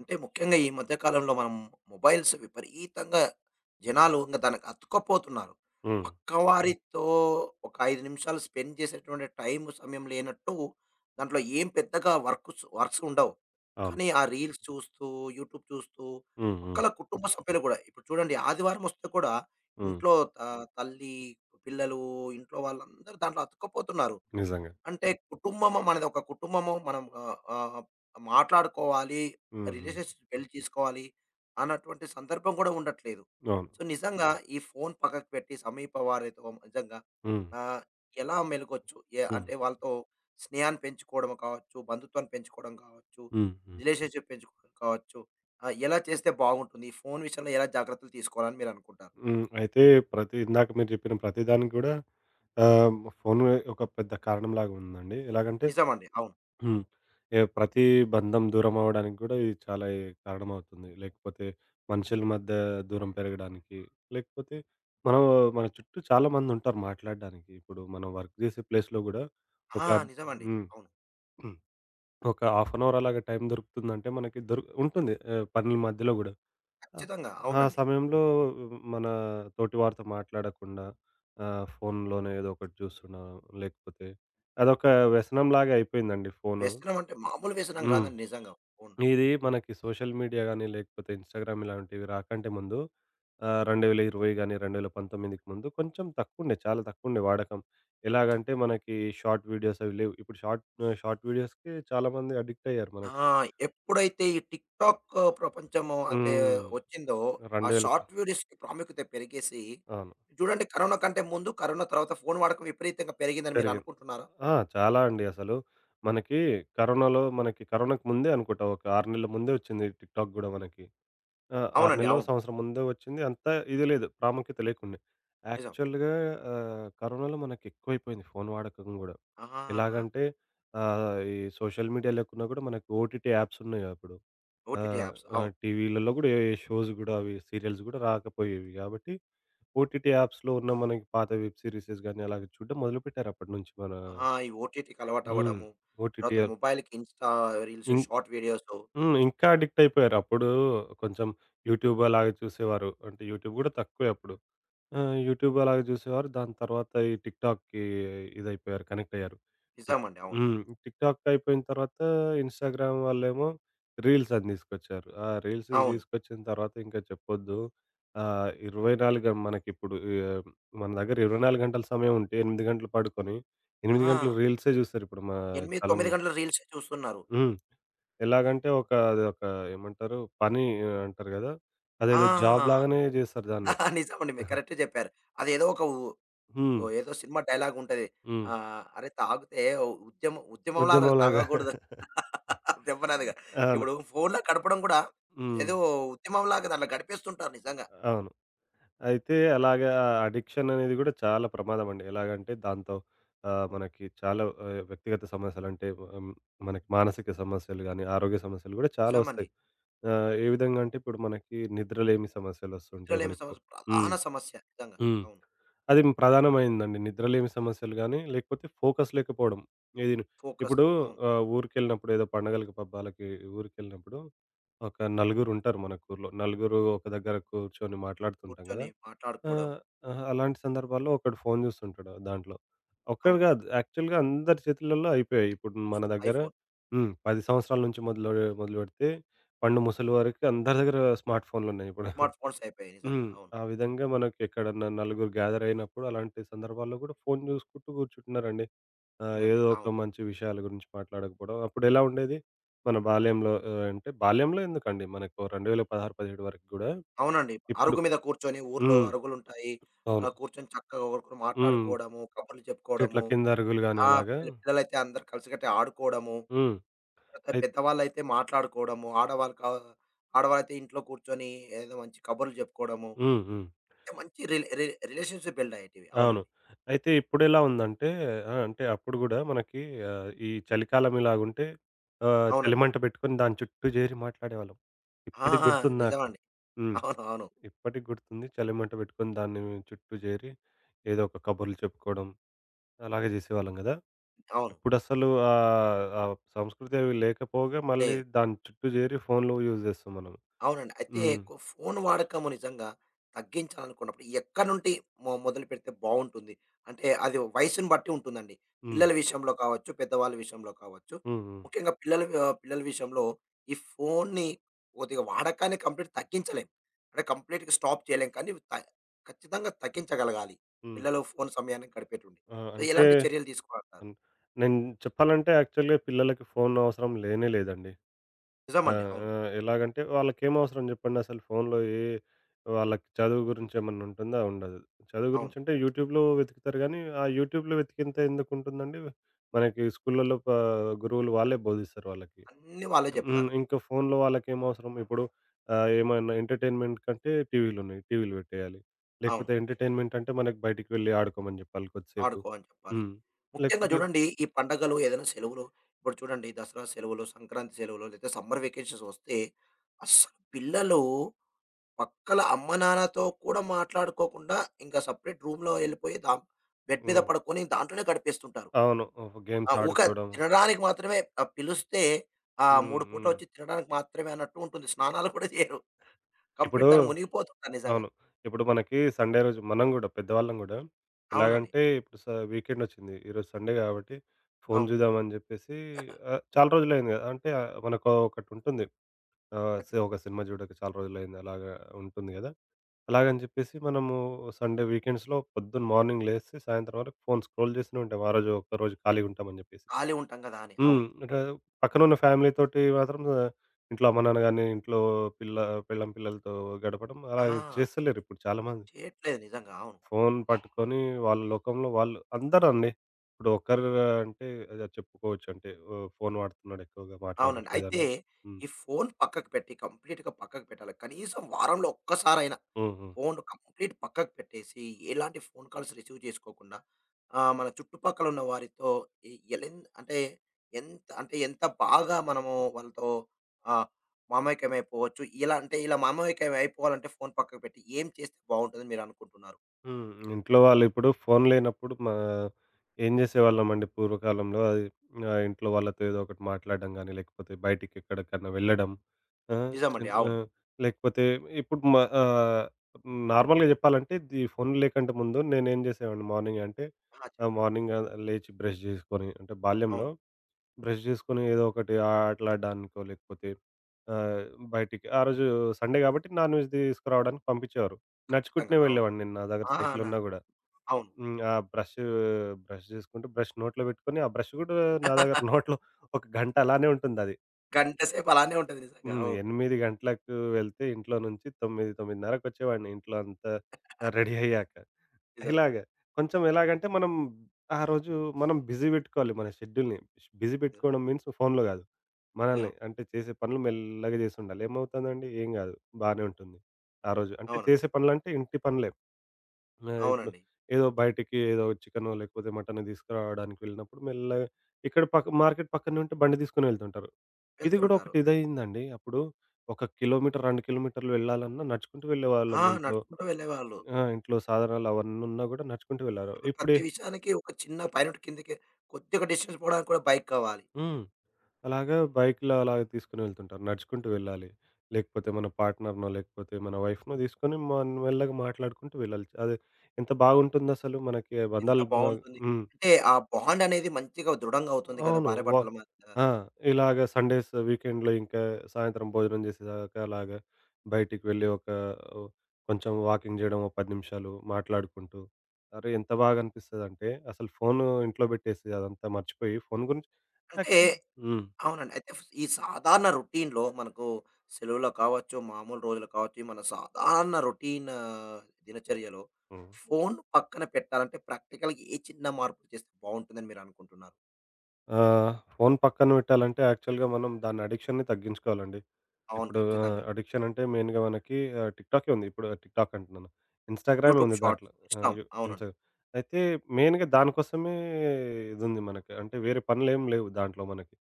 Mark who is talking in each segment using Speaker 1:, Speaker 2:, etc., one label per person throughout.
Speaker 1: అంటే ముఖ్యంగా ఈ మధ్య కాలంలో మనం మొబైల్స్ విపరీతంగా జనాలు ఇంక దానికి అతుక్కపోతున్నారు. హ్మ్.
Speaker 2: హ్మ్.
Speaker 1: పక్కవారితో ఒక 5 నిమిషాలు స్పెండ్ చేసేటువంటి టైము, సమయం లేనట్టు దాంట్లో ఏం పెద్దగా వర్క్స్ ఉండవు.
Speaker 2: అవును.
Speaker 1: కానీ ఆ రీల్స్ చూస్తూ, యూట్యూబ్ చూస్తూ
Speaker 2: హ్మ్. హ్మ్.
Speaker 1: పక్కల కుటుంబ సభ్యులు కూడా ఇప్పుడు చూడండి ఆదివారం వస్తే కూడా
Speaker 2: హ్మ్.
Speaker 1: ఇంట్లో తల్లి, పిల్లలు, ఇంట్లో వాళ్ళందరూ దాంట్లో అతుక్కపోతున్నారు.
Speaker 2: నిజంగా.
Speaker 1: అంటే కుటుంబము మనది ఒక కుటుంబము. మనం ఆహ్, ఆహ్, మాట్లాడుకోవాలి.
Speaker 2: హ్మ్. హ్మ్.
Speaker 1: రిలేషన్‌షిప్ బిల్డ్ చేసుకోవాలి అన్నటువంటి సందర్భం కూడా ఉండట్లేదు.
Speaker 2: అవును.
Speaker 1: సో, నిజంగా ఈ ఫోను పక్కకు పెట్టి సమీప వారితో నిజంగా
Speaker 2: హ్మ్.
Speaker 1: ఆహ్, ఎలా మెలగొచ్చు?
Speaker 2: హ్మ్.
Speaker 1: అంటే వాళ్ళతో స్నేహాన్ని పెంచుకోవడం కావచ్చు, బంధుత్వాన్ని పెంచుకోవడం కావచ్చు,
Speaker 2: హ్మ్. హ్మ్.
Speaker 1: రిలేషన్‌షిప్ పెంచుకోవడం కావచ్చు. ఎలా చేస్తే బాగుంటుంది? ఈ ఫోను విషయంలో ఎలా జాగ్రత్తలు తీసుకోవాలని మీరనుకుంటారు?
Speaker 2: హ్మ్. అయితే ఇందాక మీరు చెప్పిన ప్రతి దానికి గూడా ఫోను ఒక పెద్ద కారణంలాగా ఉందండి. ఎలాగంటే
Speaker 1: నిజమండి. అవును.
Speaker 2: హ్మ్. ప్రతి బంధం దూరం అవ్వడానికి గూడా ఇది చాలా కారణమవుతుంది. లేకపోతే మనుషుల మధ్య దూరం పెరగడానికి, లేకపోతే మనం మన చుట్టూ చాలా మందుంటారు మాట్లాడడానికి. ఇప్పుడు మనం వర్క్ జేసే ప్లేస్‌లో గూడా
Speaker 1: ఆ!
Speaker 2: ఒక
Speaker 1: నిజమండి.
Speaker 2: హ్మ్.
Speaker 1: అవును.
Speaker 2: ఒక హాఫ్ అన్ అవర్ అలాగా టైం దొరుకుతుందంటే మనకి ఉంటుంది. పనుల మధ్యలో గూడా. ఆ!
Speaker 1: ఖచ్చితంగా.
Speaker 2: ఆ
Speaker 1: అవునండి.
Speaker 2: సమయంలో మన తోటి వారితో మాట్లాడకుండా ఫోన్‌లోనే ఏదో ఒకటి చూస్తున్నాం. లేకపోతే అదొక వ్యసనంలాగా అయిపోయిందండి ఫోను.
Speaker 1: వ్యసనం అంటే మామూలు వ్యసనం
Speaker 2: హ్మ్.
Speaker 1: కాదండి నిజంగా. అవును.
Speaker 2: ఇది మనకి సోషల్ మీడియా గాని, లేకపోతే ఇన్‌స్టాగ్రామ్ ఇలాంటివి రాకంటే ముందు 2020 గాని, 2019కి ముందు కొంచెం తక్కువుండే. చాలా తక్కువుండే వాడకం. ఎలాగంటే మనకి షార్ట్ వీడియోస్ అవి లేవు. ఇప్పుడు షార్ట్ వీడియోస్‌కి చాలామంది అడిక్ట్ అయ్యారు మనకి.
Speaker 1: ఆ! ఎప్పుడైతే ఈ టిక్ టాక్ ప్రపంచము అంటే
Speaker 2: హ్మ్.
Speaker 1: వచ్చిందో, ఆ
Speaker 2: 2000 ప
Speaker 1: షార్ట్ వీడియోస్‌కి ప్రాముఖ్యత పెరిగేసి
Speaker 2: అవును.
Speaker 1: చూడండి కరోనా కంటే ముందు, కరోనా తర్వాత ఫోను వాడకం విపరీతంగా పెరిగిందని మీరు
Speaker 2: పెరిగింది.
Speaker 1: అనుకుంటున్నారా?
Speaker 2: ఆ! చాలా అండి అసలు. మనకి కరోనాలో మనకి కరోనాకు ముందే అనుకుంటా ఒక 6 నెలల ముందే వచ్చింది టిక్‌టాక్ గూడా మనకి. ఆ! 6
Speaker 1: అవునండి.
Speaker 2: నెల్లో,
Speaker 1: అవును.
Speaker 2: సంవత్సరం ముందే వచ్చింది. అంత ఇది లేదు. ప్రాముఖ్యత లేకుండే.
Speaker 1: నిజం.
Speaker 2: యాక్చువల్‌గా కరోనాలో మనకెక్కువైపోయింది ఫోను వాడకం గూడా.
Speaker 1: ఆహా!
Speaker 2: ఎలాగంటే ఈ సోషల్ మీడియా లేకున్నా గూడా మనకు ఓటీటీ యాప్స్ ఉన్నాయిగా అప్పుడు. ఆ!
Speaker 1: OTT apps.
Speaker 2: ఆ!
Speaker 1: అవును.
Speaker 2: టీవీలలో గూడా ఏ షోస్ గూడా అవి సీరియల్స్ గూడా రాకపోయేవి గాబట్టి, ఓటీటీ యాప్స్‌లో ఉన్న మనకి పాత వెబ్ సీరీసెస్ గాని అలాగే చూడడం మొదలుపెట్టారు అప్పటినుంచి మన
Speaker 1: ఆహా! ఈ ఓటీటీకి
Speaker 2: హ్మ్.
Speaker 1: అలవాటవ్వడము.
Speaker 2: ఓటీటీ
Speaker 1: తర్వాత
Speaker 2: యాప్.
Speaker 1: మొబైల్‌కి ఇన్‌స్టా రీల్స్,
Speaker 2: ఇం
Speaker 1: షార్ట్ వీడియోస్.
Speaker 2: హ్మ్. ఇంకా అడిక్ట్ అయిపోయారు. అప్పుడు కొంచెం యూట్యూబ్ అలాగే చూసేవారు. అంటే యూట్యూబ్ గూడా తక్కువే అప్పుడు. ఆ! యూట్యూబ్ అలాగే చూసేవారు. దాని తర్వాత ఈ టిక్‌టాక్‌కి ఇదైపోయారు. కనెక్ట్ అయ్యారు. టిక్
Speaker 1: నిజమండి. అవును.
Speaker 2: హ్మ్. టిక్‌టాక్ అయిపోయిన తర్వాత ఇన్‌స్టాగ్రామ్ వాళ్ళేమో రీల్స్ అని తీసుకొచ్చారు. ఆ రీల్స్
Speaker 1: అవును.
Speaker 2: తీసుకొచ్చిన తర్వాత ఇంకా చెప్పొద్దు. ఆహ్, 24 గం మనకిప్పుడు ఆహ్, మన దగ్గర 24 గంటల సమయం ఉంటే 8 గంటలు పడుకొని, 8
Speaker 1: ఆ!
Speaker 2: గంటలు రీల్సే చూస్తారు ఇప్పుడు
Speaker 1: 8, 9
Speaker 2: చాలామంది.
Speaker 1: గంటల రీల్సే చూస్తున్నారు.
Speaker 2: హ్మ్. ఎలాగంటే అదొక ఏమంటారు పని అంటారు కదా! అదేదో
Speaker 1: ఆ!
Speaker 2: జాబ్ లాగానే చేస్తారు దాన్ని.
Speaker 1: ఆ! నిజమండి. మీరు కరెక్టే చెప్పారు. అదేదో ఒక ఉ
Speaker 2: హ్మ్.
Speaker 1: ఓహ్! ఏదో సినిమా డైలాగ్ ఉంటది.
Speaker 2: హ్మ్.
Speaker 1: అరే! తాగితే ఉద్యమంలా అది
Speaker 2: ఉద్యమంలాగా.
Speaker 1: తాగకూడదు. దెబ్బనదిగా.
Speaker 2: అవును.
Speaker 1: ఇప్పుడు ఫోన్‌లో గడపడం కూడా
Speaker 2: హ్మ్.
Speaker 1: ఏదో ఉద్యమంలాగా దాంట్లో గడిపేస్తుంటారు నిజంగా.
Speaker 2: అవును. అయితే అలాగా అడిక్షన్ అనేది గూడా చాలా ప్రమాదం అండి. ఎలాగంటే దాంతో
Speaker 1: అవును.
Speaker 2: మనకి చాలా వ్యక్తిగత సమస్యలు అంటే హ్మ్, మనకి మానసిక సమస్యలు గానీ, ఆరోగ్య సమస్యలు గూడా చాలా
Speaker 1: నిజమండి.
Speaker 2: వస్తాయి. ఏ విధంగా అంటే ఇప్పుడు మనకి నిద్రలేమి సమస్యలొస్తుంటాయి
Speaker 1: నిద్రలేమి
Speaker 2: మనకు.
Speaker 1: సమస్య
Speaker 2: హ్మ్.
Speaker 1: ప్రధాన సమస్య నిజంగా.
Speaker 2: హ్మ్.
Speaker 1: అవును.
Speaker 2: అది ప్రధానమైందండి. నిద్రలేమి సమస్యలు గానీ, లేకపోతే ఫోకస్ లేకపోవడం. ఇది
Speaker 1: ఫోకస్
Speaker 2: ఇప్పుడు
Speaker 1: అవును.
Speaker 2: ఊరికెళ్ళినప్పుడు ఏదో పండగలకి, పబ్బాలకి ఊరికెళ్ళినప్పుడు ఒక నలుగురుంటారు మనకు ఊర్లో. నలుగురు ఒక దగ్గర కూర్చొని మాట్లాడుతుంటాం గదా!
Speaker 1: కూర్చొని మాట్లాడుకోవడం.
Speaker 2: ఆహ్, ఆహ్, అలాంటి సందర్భాల్లో ఒకడు ఫోను జూస్తుంటాడు దాంట్లో. ఒక్కడు
Speaker 1: అవును.
Speaker 2: గాదు యాక్చువల్‌గా అందరి చేతులలో అయిపోయాయి. ఇప్పుడు మన దగ్గర
Speaker 1: ఐఫోన్,
Speaker 2: 10 సంవత్సరాల నుంచి మొదలుపెడితే, పండు ముసలి వరకు అందరి దగ్గర స్మార్ట్ ఫోన్లున్నాయి ఇప్పుడు.
Speaker 1: స్మార్ట్ ఫోన్స్ అయిపోయాయి నిజంగా.
Speaker 2: హ్మ్.
Speaker 1: అవును.
Speaker 2: ఆ విధంగా మనకెక్కడన్నా నలుగురు గ్యాదర్ అయినప్పుడు అలాంటి సందర్భాల్లో గూడా ఫోను జూసుకుంటూ గూర్చుంటున్నారండి.
Speaker 1: నిజంగండి.
Speaker 2: ఏదో
Speaker 1: అవును.
Speaker 2: ఒక మంచి విషయాల గురించి మాట్లాడకపోవడం. అప్పుడెలా ఉండేది? మన బాల్యంలో అంటే బాల్యంలో ఎందుకండి మనకు 2016, 17 వరకు గూడా
Speaker 1: అవునండి.
Speaker 2: ఇప్పుడు.
Speaker 1: అరుగు మీద కూర్చొని ఊర్లో
Speaker 2: హ్మ్.
Speaker 1: అరుగులుంటాయి. అలా
Speaker 2: అవును.
Speaker 1: కూర్చొని చక్కగా ఒకరికొకరు
Speaker 2: హ్మ్.
Speaker 1: మాట్లాడుకోవడము, కబుర్లు
Speaker 2: చెట్ల
Speaker 1: చెప్పుకోవడము.
Speaker 2: కింద అరుగులు గాని
Speaker 1: ఆ!
Speaker 2: అలాగా.
Speaker 1: పిల్లలైతే అందరూ కలిసికట్టి ఆడుకోవడము.
Speaker 2: హ్మ్.
Speaker 1: తర్వాత
Speaker 2: అయి
Speaker 1: పెద్దవాళ్ళైతే మాట్లాడుకోవడము. ఆడవాళ్ళు కా ఆడవాళ్ళైతే ఇంట్లో కూర్చొని ఏదో మంచి కబుర్లు చెప్పుకోవడము.
Speaker 2: హ్మ్. హ్మ్.
Speaker 1: అంటే మంచి రిలేషన్‌షిప్ బిల్డ్ అయ్యేటివి.
Speaker 2: అవును.
Speaker 1: అవునండి.
Speaker 2: అయితే ఇప్పుడెలా ఉందంటే ఆ! అంటే అప్పుడు గూడా మనకి ఈ చలికాలం ఇలాగుంటే
Speaker 1: అవునండి.
Speaker 2: చలిమంట పెట్టుకొని దాని చుట్టూ జేరి మాట్లాడేవాళ్ళం.
Speaker 1: ఆ!
Speaker 2: ఇప్పటికి
Speaker 1: ఆ!
Speaker 2: గుర్తుంది నాకు.
Speaker 1: నిజమండి.
Speaker 2: హ్మ్.
Speaker 1: అవును. అవును.
Speaker 2: ఇప్పటికి గుర్తుంది. చలిమంట పెట్టుకొని దాన్ని చుట్టూ జేరి ఏదో ఒక కబుర్లు చెప్పుకోవడం అలాగే జేసేవాళ్ళం గదా!
Speaker 1: అవును.
Speaker 2: ఇప్పుడసలు ఆ ఆ సంస్కృతి అవి లేకపోగా మళ్ళీ
Speaker 1: లేదు.
Speaker 2: దాని చుట్టూ జేరి ఫోన్లు యూజ్ జేస్తాం మనం.
Speaker 1: అవునండి. అయితే
Speaker 2: హ్మ్.
Speaker 1: ఫోను వాడకము నిజంగా తగ్గించాలనుకున్నప్పుడు ఎక్కడి నుండి మొదలుపెడితే బావుంటుంది? అంటే అది వయసుని బట్టి ఉంటుందండి.
Speaker 2: హ్మ్.
Speaker 1: పిల్లల విషయంలో కావచ్చు, పెద్దవాళ్ళ విషయంలో కావచ్చు.
Speaker 2: హ్మ్. హ్మ్.
Speaker 1: ముఖ్యంగా పిల్లల విషయంలో ఈ ఫోన్ని కొద్దిగా వాడకాన్ని కంప్లీట్ తగ్గించలేం. అంటే కంప్లీట్‌గా స్టాప్ చేయలేం. కానీ ఖచ్చితంగా తగ్గించగలగాలి.
Speaker 2: హ్మ్.
Speaker 1: పిల్లలు ఫోను సమయాన్ని గడిపేటువంటి.
Speaker 2: ఆ!
Speaker 1: సో,
Speaker 2: అంటే
Speaker 1: ఎలాంటి చర్యలు తీసుకోవాలంటారు?
Speaker 2: హ్మ్. నేను చెప్పాలంటే యాక్చువల్‌గా పిల్లలకి ఫోను అవసరం లేనే లేదండి. ఆ!
Speaker 1: నిజమండి. అవును.
Speaker 2: ఆ! ఎలాగంటే వాళ్ళకేం అవసరం జెప్పండి అసలు ఫోనులో వాళ్ళకి చదువు గురించి ఏమన్నా ఉంటుందా? ఉండదు. చదువు
Speaker 1: అవును.
Speaker 2: గురించంటే యూట్యూబ్‌లో వెతుకుతారు గానీ, ఆ యూట్యూబ్‌లో వెతికేంత ఎందుకుంటుందండి? మనకి స్కూళ్ళలో గురువులు వాళ్ళే బోధిస్తారు వాళ్ళకి.
Speaker 1: అన్నీ వాళ్ళే
Speaker 2: హ్మ్.
Speaker 1: జెప్తారు.
Speaker 2: ఇంకా ఫోనులో వాళ్ళకేం అవసరం? ఇప్పుడు ఏమన్నా ఎంటర్‌టైన్‌మెంట్ కంటే టీవీలున్నాయి. టీవీలు పెట్టేయాలి.
Speaker 1: అవును.
Speaker 2: లేకపోతే ఎంటర్‌టైన్‌మెంట్ అంటే మనకి బయటికి వెళ్ళి ఆడుకోమని జెప్పాలి కొద్దిసేపు.
Speaker 1: ఆడుకో అని చెప్పాలి.
Speaker 2: హ్మ్.
Speaker 1: ముఖ్యంగా
Speaker 2: లేకపోతే
Speaker 1: చూడండి ఈ పండగలు ఏదైనా సెలవులు ఇప్పుడు చూడండి దసరా సెలవులు, సంక్రాంతి సెలవులు లేదా సమ్మర్ వెకేషన్స్ వస్తే అస్సలు పిల్లలు పక్కల అమ్మనాన్నతో కూడా మాట్లాడుకోకుండా ఇంకా సెపరేట్ రూమ్‌లో ఎళ్ళిపోయి బెడ్ మీద
Speaker 2: హ్మ్.
Speaker 1: పడుకొని దాంట్లోనే గడిపేస్తుంటారు.
Speaker 2: అవును. ఒక
Speaker 1: ఆ!
Speaker 2: గేమ్స్ ఆడుకోవడం.
Speaker 1: తినడానికి మాత్రమే పిలిస్తే ఆ!
Speaker 2: హ్మ్.
Speaker 1: 3 పూటలు
Speaker 2: హ్మ్.
Speaker 1: వచ్చి తినడానికి మాత్రమే అన్నట్టు ఉంటుంది. స్నానాలు కూడా చేయరు.
Speaker 2: ఇప్పుడు
Speaker 1: కంప్లీట్ దాంట్లో మునిగిపోతుంటారు నిజంగా.
Speaker 2: అవును. ఇప్పుడు మనకి సండే రోజు మనం గూడా పెద్దవాళ్ళం గూడా
Speaker 1: అవునండి.
Speaker 2: ఎలాగంటే ఇప్పుడు వీకెండొచ్చింది. ఈరోజు సండే గాబట్టి ఫోను
Speaker 1: అవును.
Speaker 2: జూద్దామని జెప్పేసి చాలా రోజులయింది గదా! అంటే ఆ, మనకు ఒకటుంటుంది. ఆహ్, సి ఒక
Speaker 1: ఖచ్చితంగా.
Speaker 2: సినిమా జూడక చాలా రోజులయింది అలాగా ఉంటుంది గదా! అలాగని జెప్పేసి మనము సండే వీకెండ్స్‌లో పొద్దున్న మార్నింగ్ లేసి సాయంత్రం వరకు ఫోను స్క్రోల్ జేస్తూనే ఉంటాం. ఆ రోజు ఒక్కరోజు ఖాళీగుంటామని జెప్పేసి.
Speaker 1: ఖాళీ ఉంటాం కదా! అని.
Speaker 2: హ్మ్.
Speaker 1: అవును.
Speaker 2: అంటే పక్కనున్న ఫ్యామిలీతోటి మాత్రం ఇంట్లో అమ్మ, నాన్న గాని, ఇంట్లో పిల్ల పెళ్ళాం, పిల్లలతో గడపడం అలా
Speaker 1: ఆ!
Speaker 2: చేస్తలేరు ఇప్పుడు చాలామంది.
Speaker 1: చేయట్లేదు నిజంగా. అవును.
Speaker 2: ఫోను పట్టుకొని వాళ్ళ లోకంలో వాళ్ళు అందరండి. ఇప్పుడు ఒక్కరు అంటే అది చెప్పుకోవచ్చు. అంటే ఓహ్! ఫోను వాడుతున్నాడు ఎక్కువగా
Speaker 1: అవునండి. అయితే
Speaker 2: మాట్లాడట్లేదనని. హ్మ్.
Speaker 1: ఈ ఫోను పక్కకు పెట్టి కంప్లీట్‌గా పక్కకు పెట్టాలి. కనీసం వారంలో ఒక్కసారైనా
Speaker 2: హ్మ్. హ్మ్.
Speaker 1: ఫోను కంప్లీట్ పక్కకు పెట్టేసి, ఎలాంటి ఫోను కాల్స్ రిసీవ్ చేసుకోకుండా మన చుట్టుపక్కల ఉన్న వారితో ఎ ఎలెన్ అంటే ఎంత అంటే ఎంత బాగా మనము వాళ్ళతో ఆహ్, మామైక్యం అయిపోవచ్చు. ఇలా అంటే ఇలా మామైక్యం అయిపోవాలంటే ఫోను పక్కకు పెట్టి ఏం చేస్తే బావుంటుందని మీరు అనుకుంటున్నారు?
Speaker 2: హ్మ్. ఇంట్లో వాళ్ళు ఇప్పుడు ఫోన్ లేనప్పుడు ఏం జేసేవాళ్ళమండి పూర్వకాలంలో ఇంట్లో వాళ్ళతో ఏదో ఒకటి మాట్లాడడం గానీ, లేకపోతే బయటికెక్కడికన్నా వెళ్ళడం. ఆ!
Speaker 1: నిజమండి.
Speaker 2: ఆ!
Speaker 1: అవును.
Speaker 2: లేకపోతే ఇప్పుడు నార్మల్‌గా జెప్పాలంటే ఈ ఫోన్లు లేకంటే ముందు నేనేం జేసేవాడిని మార్నింగ్ అంటే
Speaker 1: ఆ! చెప్పండి.
Speaker 2: మార్నింగ్ లేచి బ్రష్ జేసుకొని అంటే బాల్యంలో
Speaker 1: అవును.
Speaker 2: బ్రష్ జేసుకొని ఏదో ఒకటి ఆ ఆటలాడడానికో, లేకపోతే ఆహ్, బయటికి ఆ రోజు సండే గాబట్టి నాన్ వెజ్ తీసుకురావడానికి పంపించేవారు.
Speaker 1: ఖచ్చితంగా.
Speaker 2: నడుచుకుంటూనే
Speaker 1: అవును.
Speaker 2: వెళ్ళేవాడిని నేను. నా దగ్గర
Speaker 1: ఆ! నా
Speaker 2: సైకిలున్నా గూడా.
Speaker 1: అవును.
Speaker 2: హ్మ్. బ్రష్ జేసుకుంటూ బ్రష్ నోట్లో బెట్టుకొని, ఆ బ్రష్ గూడా నా దగ్గర నోట్లో ఒక గంట అలానే ఉంటుందది.
Speaker 1: గంట సేపు అలానే ఉంటది నిజంగా.
Speaker 2: హ్మ్.
Speaker 1: అవును.
Speaker 2: 8 గంటలకు వెళ్తే ఇంట్లో నుంచి 9, 9:30 కొచ్చేవాడిని. ఇంట్లో అంతా రెడీ అయ్యాక.
Speaker 1: నిజం.
Speaker 2: ఇలాగ. కొంచెం ఎలాగంటే మనం ఆ రోజు మనం బిజీ పెట్టుకోవాలి మన షెడ్యూల్‌ని. బిజీ
Speaker 1: నిజం.
Speaker 2: పెట్టుకోవడం మీన్స్ ఫోన్‌లో గాదు. మనల్ని
Speaker 1: ఏవ్
Speaker 2: అంటే చేసే పనులు మెల్లగా జేసుండాలి. ఏమవుతుందండి? ఏం గాదు. బానే ఉంటుంది. ఆ రోజు అంటే
Speaker 1: అవునండి.
Speaker 2: చేసే పనులంటే ఇంటి పనులే. ఇప్పుడు
Speaker 1: అవునండి.
Speaker 2: ఏదో బయటికి ఏదో చికెనో లేకపోతే మటనో తీసుకురావడానికి వెళ్ళినప్పుడు మెల్లగా ఇక్కడ పక్క మార్కెట్ పక్కనే ఉంటే బండి తీసుకొని వెళ్తుంటారు. ఇది గూడా
Speaker 1: వెళ్తుంటారు.
Speaker 2: ఒకటి ఇదయిందండి. అప్పుడు ఒక కిలోమీటర్, 2 కిలోమీటర్లు వెళ్ళాలన్నా నడుచుకుంటూ
Speaker 1: ఆ!
Speaker 2: వెళ్ళేవాళ్ళం ఇంట్లో.
Speaker 1: నడుచుకుంటూ వెళ్ళేవాళ్ళు.
Speaker 2: ఆ! ఇంట్లో సాధనాలు అవన్నున్నా గూడా నడుచుకుంటూ వెళ్లారు.
Speaker 1: ఇప్పుడు
Speaker 2: ఇప్పుడే
Speaker 1: ప్రతి విషయానికి ఒక చిన్న పైనుండి కిందకి కొద్దిగా డిస్టెన్స్ పోవడానికి కూడా బైక్ కావాలి.
Speaker 2: హ్మ్. అలాగా బైక్‌లో అలాగ తీసుకొని వెళ్తుంటారు. నడుచుకుంటూ వెళ్ళాలి. లేకపోతే మన పార్ట్‌నర్‌నో, లేకపోతే మన వైఫ్‌నో తీసుకొని మనం మెల్లగా మాట్లాడుకుంటూ వెళ్ళాలి. అది ఎంత బాగుంటుందసలు మనకి
Speaker 1: ఎంత
Speaker 2: బంధాలు బ
Speaker 1: బావుంటుంది.
Speaker 2: హ్మ్.
Speaker 1: అంటే ఆ బాండ్ అనేది మంచిగా దృఢంగా అవుతుంది కదా!
Speaker 2: అవును.
Speaker 1: భార్యాభర్తల మధ్య.
Speaker 2: ఆ! ఇలాగ సండేస్, వీకెండ్‌లో ఇంకా సాయంత్రం భోజనం చేసేదాకా అలాగా బయటికి వెళ్ళి ఓహ్, కొంచెం వాకింగ్ చేయడం ఓ 10 నిమిషాలు మాట్లాడుకుంటూ, అరే! ఎంత బాగా అనిపిస్తదంటే అసలు ఫోను ఇంట్లో పెట్టేసి అదంతా మర్చిపోయి ఫోను గురించి
Speaker 1: అంటే
Speaker 2: యాక్చువల్ హ్మ్.
Speaker 1: అవునండి. అయితే ఈ సాధారణ రొటీన్‌లో మనకు సెలవుల్లో కావచ్చు, మామూలు రోజులు కావచ్చు, ఈ మన సాధారణ రొటీన్ దినచర్యలో
Speaker 2: హ్మ్.
Speaker 1: ఫోన్ పక్కన పెట్టాలంటే ప్రాక్టికల్‌గా ఏ చిన్న మార్పులు చేస్తే బావుంటుందని మీరనుకుంటున్నారు?
Speaker 2: ఆ! ఫోను పక్కన పెట్టాలంటే యాక్చువల్‌గా మనం దాని అడిక్షన్‌ని తగ్గించుకోవాలండి.
Speaker 1: అవును.
Speaker 2: ఇప్పుడు
Speaker 1: ఖచ్చితంగా.
Speaker 2: అడిక్షన్ అంటే మెయిన్‌గా మనకి టిక్‌టాకే ఉంది. ఇప్పుడు టిక్‌టాక్ అంటున్నాను. ఇన్‌స్టాగ్రామే
Speaker 1: యూట్యూబ్
Speaker 2: ఉంది
Speaker 1: షార్ట్స్
Speaker 2: దాంట్లో.
Speaker 1: ఇన్‌స్టా
Speaker 2: ఆహ్, యు
Speaker 1: అవునండి.
Speaker 2: ఇన్‌స్టా అయితే మెయిన్‌గా దానికోసమే ఇదుంది మనకి. అంటే వేరే పనులేం లేవు దాంట్లో మనకి.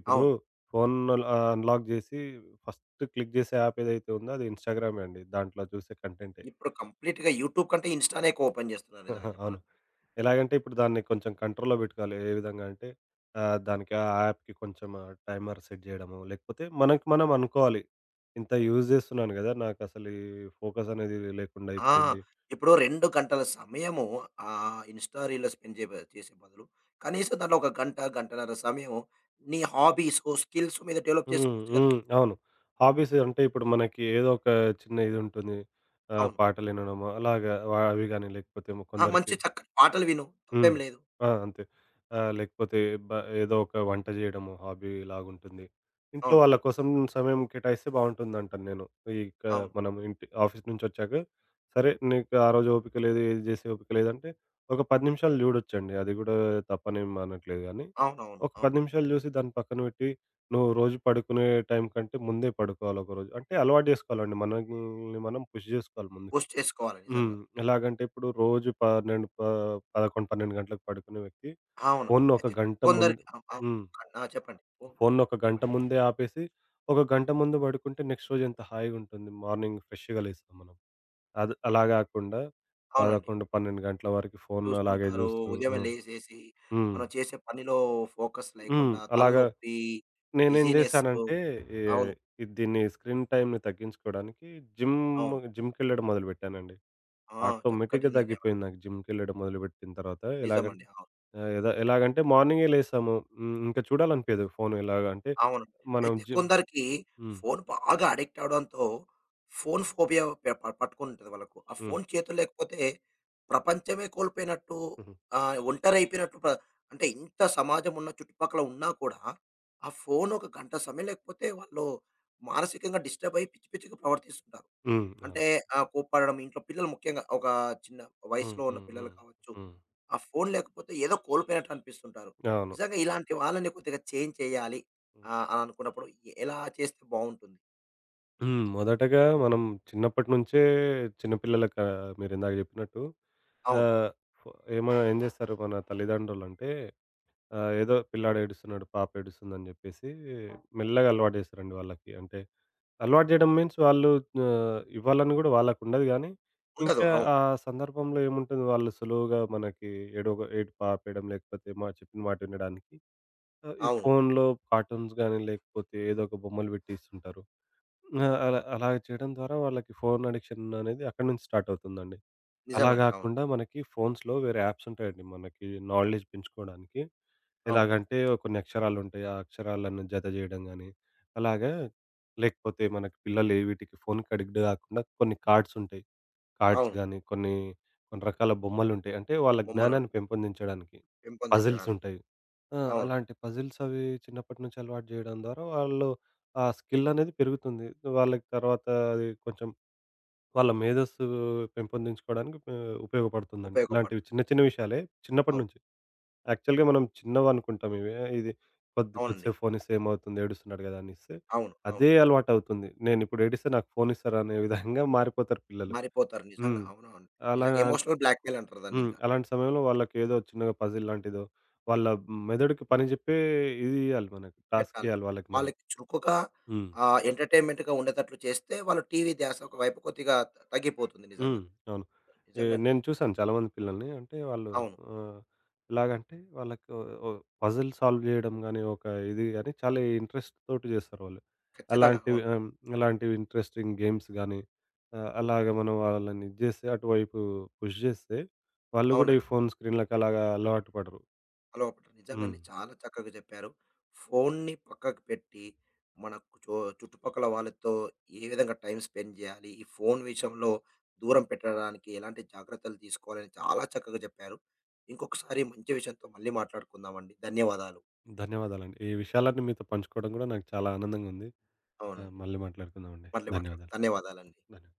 Speaker 2: ఇప్పుడు
Speaker 1: అవును.
Speaker 2: ఫోను అన్‌లాక్ చేసి ఫస్ట్ క్లిక్ చేసే యాప్ ఏదైతే ఉందో అది ఇన్‌స్టాగ్రామే అండి. దాంట్లో చూసే కంటెంటే.
Speaker 1: ఇప్పుడు కంప్లీట్‌గా యూట్యూబ్ కంటే ఇన్‌స్టానే ఎక్కువ ఓపెన్ చేస్తున్నారు నిజంగా
Speaker 2: ఆహా! అవును.
Speaker 1: చెప్పాలంటే.
Speaker 2: ఎలాగంటే ఇప్పుడు దాన్ని కొంచెం కంట్రోల్‌లో పెట్టుకోవాలి. ఏ విధంగా అంటే దానికి ఆ యాప్‌కి కొంచెం టైమర్ సెట్ చేయడమో, లేకపోతే మనకి మనం అనుకోవాలి. ఇంత యూజ్ చేస్తున్నాను కదా! నాకసలు ఈ ఫోకస్ అనేది లేకుండా
Speaker 1: ఆ!
Speaker 2: అయిపోయింది.
Speaker 1: ఇప్పుడు 2 గంటల సమయము ఇన్‌స్టా రీల్‌లో స్పెండ్ చేసే బదులు కనీసం దాంట్లో ఒక గంట, గంటన్నర సమయం నీ హాబీసు, స్కిల్స్ మీద డెవలప్
Speaker 2: హ్మ్.
Speaker 1: చేసుకోవచ్చు కదా!
Speaker 2: హ్మ్. అవును. హాబీస్ అంటే ఇప్పుడు మనకి ఏదో ఒక చిన్న ఇది ఉంటుంది.
Speaker 1: అవును.
Speaker 2: పాటలు వినడమో అలాగా అవి గాని లేకపోతే
Speaker 1: ఆ!
Speaker 2: కొందరికి.
Speaker 1: మంచి చక్కటి పాటలు విను. తప్పేం
Speaker 2: హ్మ్.
Speaker 1: లేదు.
Speaker 2: ఆ! అంతే. లేకపోతే బ ఏదో ఒక వంట జేయడము హాబీలాగుంటుంది. ఇంట్లో
Speaker 1: అవును.
Speaker 2: వాళ్ళ కోసం సమయం కేటాయిస్తే బావుంటుందంటాను నేను. ఇక
Speaker 1: అవును.
Speaker 2: మనం ఇంటి ఆఫీస్ నుంచొచ్చాక, సరే నీకు ఆ రోజు ఓపిక లేదు, ఏది జేసే ఓపిక లేదంటే, ఒక 10 నిమిషాలు జూడొచ్చండి. అది గూడా తప్పనేం అనట్లేదు గానీ,
Speaker 1: అవునవును.
Speaker 2: ఒక
Speaker 1: అవును.
Speaker 2: 10 నిమిషాలు జూసి దాన్ని పక్కన బెట్టి, నువ్వు రోజు పడుకునే టైం కంటే ముందే పడుకోవాలి ఒకరోజు. అంటే అలవాటు జేసుకోవాలండి. మనల్ని మనం పుష్ జేసుకోవాలి ముందుకి.
Speaker 1: బూస్ట్ చేసుకోవాలి
Speaker 2: హ్మ్.
Speaker 1: నిజంగా.
Speaker 2: ఎలాగంటే ఇప్పుడు రోజు 12 ప 11, 12 గంటలకు పడుకునే వ్యక్తి
Speaker 1: అవును.
Speaker 2: ఫోన్‌ని
Speaker 1: అయితే
Speaker 2: ఒక గంట ముందు.
Speaker 1: కొందరికి అవ్ అవ్
Speaker 2: హ్మ్.
Speaker 1: ఆ! చెప్పండి. ఓహ్!
Speaker 2: ఫోన్‌ని ఒక గంట
Speaker 1: చెప్పండి.
Speaker 2: ముందే ఆపేసి, ఒక గంట ముందు పడుకుంటే నెక్స్ట్ రోజు ఎంత హాయిగుంటుంది. మార్నింగ్ ఫ్రెష్‌గా లేస్తాం మనం. అది అలా గాకుండా
Speaker 1: అవునండి.
Speaker 2: 11, 12 గంటల వరకు ఫోన్ అలాగే
Speaker 1: చూస్తుంటారు.
Speaker 2: జూస్తూ
Speaker 1: ఉదయమే
Speaker 2: ఆ!
Speaker 1: లేసేసి,
Speaker 2: హ్మ్.
Speaker 1: మనం చేసే పనిలో ఫోకస్
Speaker 2: హ్మ్.
Speaker 1: లేకుండా,
Speaker 2: అలాగా
Speaker 1: తలనొప్పి,
Speaker 2: నేనేం
Speaker 1: డిజీనెస్సు
Speaker 2: జేశానంటే ఏ
Speaker 1: అవును.
Speaker 2: ఇది దీన్ని స్క్రీన్ టైమ్‌ని తగ్గించుకోవడానికి జిమ్
Speaker 1: అవును.
Speaker 2: జిమ్‌కెళ్ళడం మొదలుపెట్టానండి.
Speaker 1: ఆ! చక్కటి
Speaker 2: ఆటోమేటిక్‌గా
Speaker 1: నిర్ణయం అండి.
Speaker 2: తగ్గిపోయింది నాకు జిమ్‌కెళ్ళడం మొదలుపెట్టిన తర్వాత.
Speaker 1: నిజమండి.
Speaker 2: ఎలాగంటే
Speaker 1: అవును.
Speaker 2: ఆహ్, ఎద ఎలాగంటే మార్నింగే లేసాము. హ్మ్. ఇంకా చూడాలనిపియదు ఫోను ఎలాగ అంటే
Speaker 1: అవును.
Speaker 2: మనం
Speaker 1: అయితే
Speaker 2: జిమ్.
Speaker 1: కొందరికి
Speaker 2: హ్మ్.
Speaker 1: ఫోను బాగా అడిక్ట్ అవ్వడంతో ఫోను ఫోబియా పె ప పట్టుకుంటది వాళ్ళకు. ఆ
Speaker 2: హ్మ్.
Speaker 1: ఫోను చేతుల్లో లేకపోతే ప్రపంచమే కోల్పోయినట్టు
Speaker 2: హ్మ్.
Speaker 1: ఒంటరైపోయినట్టు. అంటే ఇంత సమాజం ఉన్న చుట్టుపక్కల ఉన్నా కూడా, ఆ ఫోను ఒక గంట సమయం లేకపోతే వాళ్ళు మానసికంగా డిస్టర్బ్ అయ్యి పిచ్చి పిచ్చిగా ప్రవర్తిస్తుంటారు.
Speaker 2: హ్మ్. అవును.
Speaker 1: అంటే కోప్పడడం ఇంట్లో పిల్లలు ముఖ్యంగా ఒక చిన్న
Speaker 2: హ్మ్.
Speaker 1: వయసులో ఉన్న
Speaker 2: హ్మ్.
Speaker 1: పిల్లలు
Speaker 2: హ్మ్.
Speaker 1: కావచ్చు.
Speaker 2: హ్మ్.
Speaker 1: ఆ ఫోను లేకపోతే ఏదో కోల్పోయినట్టు అనిపిస్తుంటారు.
Speaker 2: అవును.
Speaker 1: నిజంగా ఇలాంటి వాళ్ళని కొద్దిగా చేంజ్ చేయాలి అని అనుకున్నప్పుడు ఎలా చేస్తే బావుంటుంది?
Speaker 2: హ్మ్. మొదటగా మనం చిన్నప్పటి నుంచే చిన్న పిల్లలకి మీరిందాక చెప్పినట్టు
Speaker 1: అవును.
Speaker 2: ఆహ్, ఫో ఏమ ఏం జేస్తారు మన తల్లిదండ్రులంటే ఆ! ఏదో పిల్లాడు ఏడుస్తున్నాడు, పాప ఏడుస్తుందని జెప్పేసి ఆ! మెల్లగా అలవాటు జేస్తారండి వాళ్ళకి. అంటే అలవాటు జేయడం మీన్స్ వాళ్ళు ఇవ్వాలని గూడా వాళ్ళకుండదు గానీ,
Speaker 1: ఉండదు.
Speaker 2: ఇంకా
Speaker 1: అవును.
Speaker 2: ఆ సందర్భంలో ఏముంటుంది వాళ్ళు సులువుగా మనకి ఏడుపు ఆపేయడం, లేకపోతే మా చెప్పిన మాట వినడానికి ఈ
Speaker 1: అవును.
Speaker 2: ఫోన్‌లో కార్టూన్స్ గానీ, లేకపోతే ఏదో ఒక బొమ్మలు బెట్టి ఇస్తుంటారు. ఆ! అలాగ చేయడం ద్వారా వాళ్ళకి ఫోను అడిక్షన్ అనేది అక్కడి నుంచి స్టార్ట్ అవుతుందండి. అలా
Speaker 1: నిజమండి. అవును.
Speaker 2: గాకుండా మనకి ఫోన్స్‌లో వేరే యాప్స్ ఉంటాయండి. మనకి నాలెడ్జ్ పెంచుకోవడానికి.
Speaker 1: అవును.
Speaker 2: ఎలాగంటే కొన్ని అక్షరాలుంటాయి. ఆ అక్షరాలను జత జేయడం గాని, అలాగా లేకపోతే మనకి పిల్లలు వీటికి ఫోన్‌కి అడిక్ట్ గాకుండా కొన్ని కార్డ్స్ ఉంటాయి. కార్డ్స్
Speaker 1: అవును.
Speaker 2: గాని, కొన్ని కొన్ని రకాల బొమ్మలుంటాయి. అంటే వాళ్ళ
Speaker 1: బొమ్మలు
Speaker 2: జ్ఞానాన్ని పెంపొందించడానికి. పజిల్స్
Speaker 1: పెంపొందించడానికి.
Speaker 2: ఉంటాయి. ఆ!
Speaker 1: అవును.
Speaker 2: అలాంటి పజిల్స్ అవి చిన్నప్పటి నుంచి అలవాటు జేయడం ద్వారా వాళ్ళు ఆ స్కిల్ అనేది పెరుగుతుంది. వాళ్ళకి తర్వాత అది కొంచెం వాళ్ళ మేధస్సు పెంపొందించుకోవడానికి ఉపయోగపడుతుందండి. ఇలాంటివి చిన్న
Speaker 1: ఉపయోగపడుతుంది.
Speaker 2: చిన్న విషయాలే చిన్నప్పటి
Speaker 1: అవును.
Speaker 2: నుంచి. యాక్చువల్‌గా మనం చిన్నవనుకుంటాం ఇవి. ఆ, ఇది కొద్ది
Speaker 1: అవునండి.
Speaker 2: కొద్దిసేపు ఫోన్ ఇస్తే ఏమవుతుంది ఏడుస్తున్నాడు గదా! అని ఇస్తే
Speaker 1: అవును. అవును.
Speaker 2: అదే అలవాటవుతుంది. నేనిప్పుడు ఏడిస్తే నాకు ఫోన్ ఇస్తారు అనే విధంగా మారిపోతారు పిల్లలు.
Speaker 1: మారిపోతారు నిజంగా.
Speaker 2: హ్మ్.
Speaker 1: అవునవును.
Speaker 2: అలా
Speaker 1: నిజంగా ఎమోషనల్ బ్లాక్‌మెయిల్ అంటారు
Speaker 2: హ్మ్.
Speaker 1: దాన్నింక.
Speaker 2: అలాంటి సమయంలో వాళ్ళకేదో చిన్నగా పజిల్ లాంటిదో వాళ్ళ మెదడుకి పని జెప్పే ఇది ఇయ్యాలి మనకి.
Speaker 1: పెట్టాలి.
Speaker 2: టాస్కియ్యాలి వాళ్ళకి మనం.
Speaker 1: వాళ్ళకి చురుకుగా
Speaker 2: హ్మ్.
Speaker 1: ఎంటర్‌టైన్‌మెంట్‌గా ఉండేతట్లు చేస్తే, వాళ్ళు టీవీ ధ్యాస ఒకవైపు కొద్దిగా తగ్గిపోతుంది నిజంగా.
Speaker 2: హ్మ్. అవును.
Speaker 1: నిజంగండి.
Speaker 2: నేను చూసాను చాలామంది పిల్లల్ని. అంటే వాళ్ళు
Speaker 1: అవును.
Speaker 2: ఆహ్, ఎలాగంటే వాళ్ళకి ఓ పజిల్ సాల్వ్ జేయడం గాని, ఒక ఇది గాని చాలా ఇంట్రెస్ట్ తోటి జేస్తారు వాళ్ళు.
Speaker 1: ఖచ్చితంగా.
Speaker 2: అలాంటివి
Speaker 1: అవును.
Speaker 2: ఆహ్, అలాంటివి ఇంట్రెస్టింగ్ గేమ్స్ గాని, అలాగ మనం వాళ్ళని ఇది జేస్తే అటువైపు పుష్ జేస్తే, వాళ్ళు గూడా ఈ
Speaker 1: అవునండి.
Speaker 2: ఫోను స్క్రీన్‌లకి అలాగా అలవాటు పడరు.
Speaker 1: అలవాటు.
Speaker 2: హ్మ్.
Speaker 1: నిజంగండి. చాలా చక్కగా చెప్పారు. ఫోన్‌ని పక్కకు పెట్టి, మనకు చుట్టుపక్కల వాళ్ళతో ఏ విధంగా టైమ్ స్పెండ్ జేయాలి, ఈ ఫోన్ విషయంలో దూరం పెట్టడానికి ఎలాంటి జాగ్రత్తలు తీసుకోవాలని చాలా చక్కగా చెప్పారు. ఇంకొకసారి మంచి విషయంతో మళ్ళీ మాట్లాడుకుందామండి. ధన్యవాదాలు.
Speaker 2: ధన్యవాదాలండి. ఈ విషయాలన్నీ మీతో పంచుకోవడం గూడా నాకు చాలా ఆనందంగా ఉంది.
Speaker 1: అవునండి.
Speaker 2: మళ్ళీ మాట్లాడుకుందామండి.
Speaker 1: మళ్ళీ మాట్లాడు
Speaker 2: ధన్యవాదాలు.
Speaker 1: ధన్యవాదాలండి.
Speaker 2: ధన్యవాదాలు.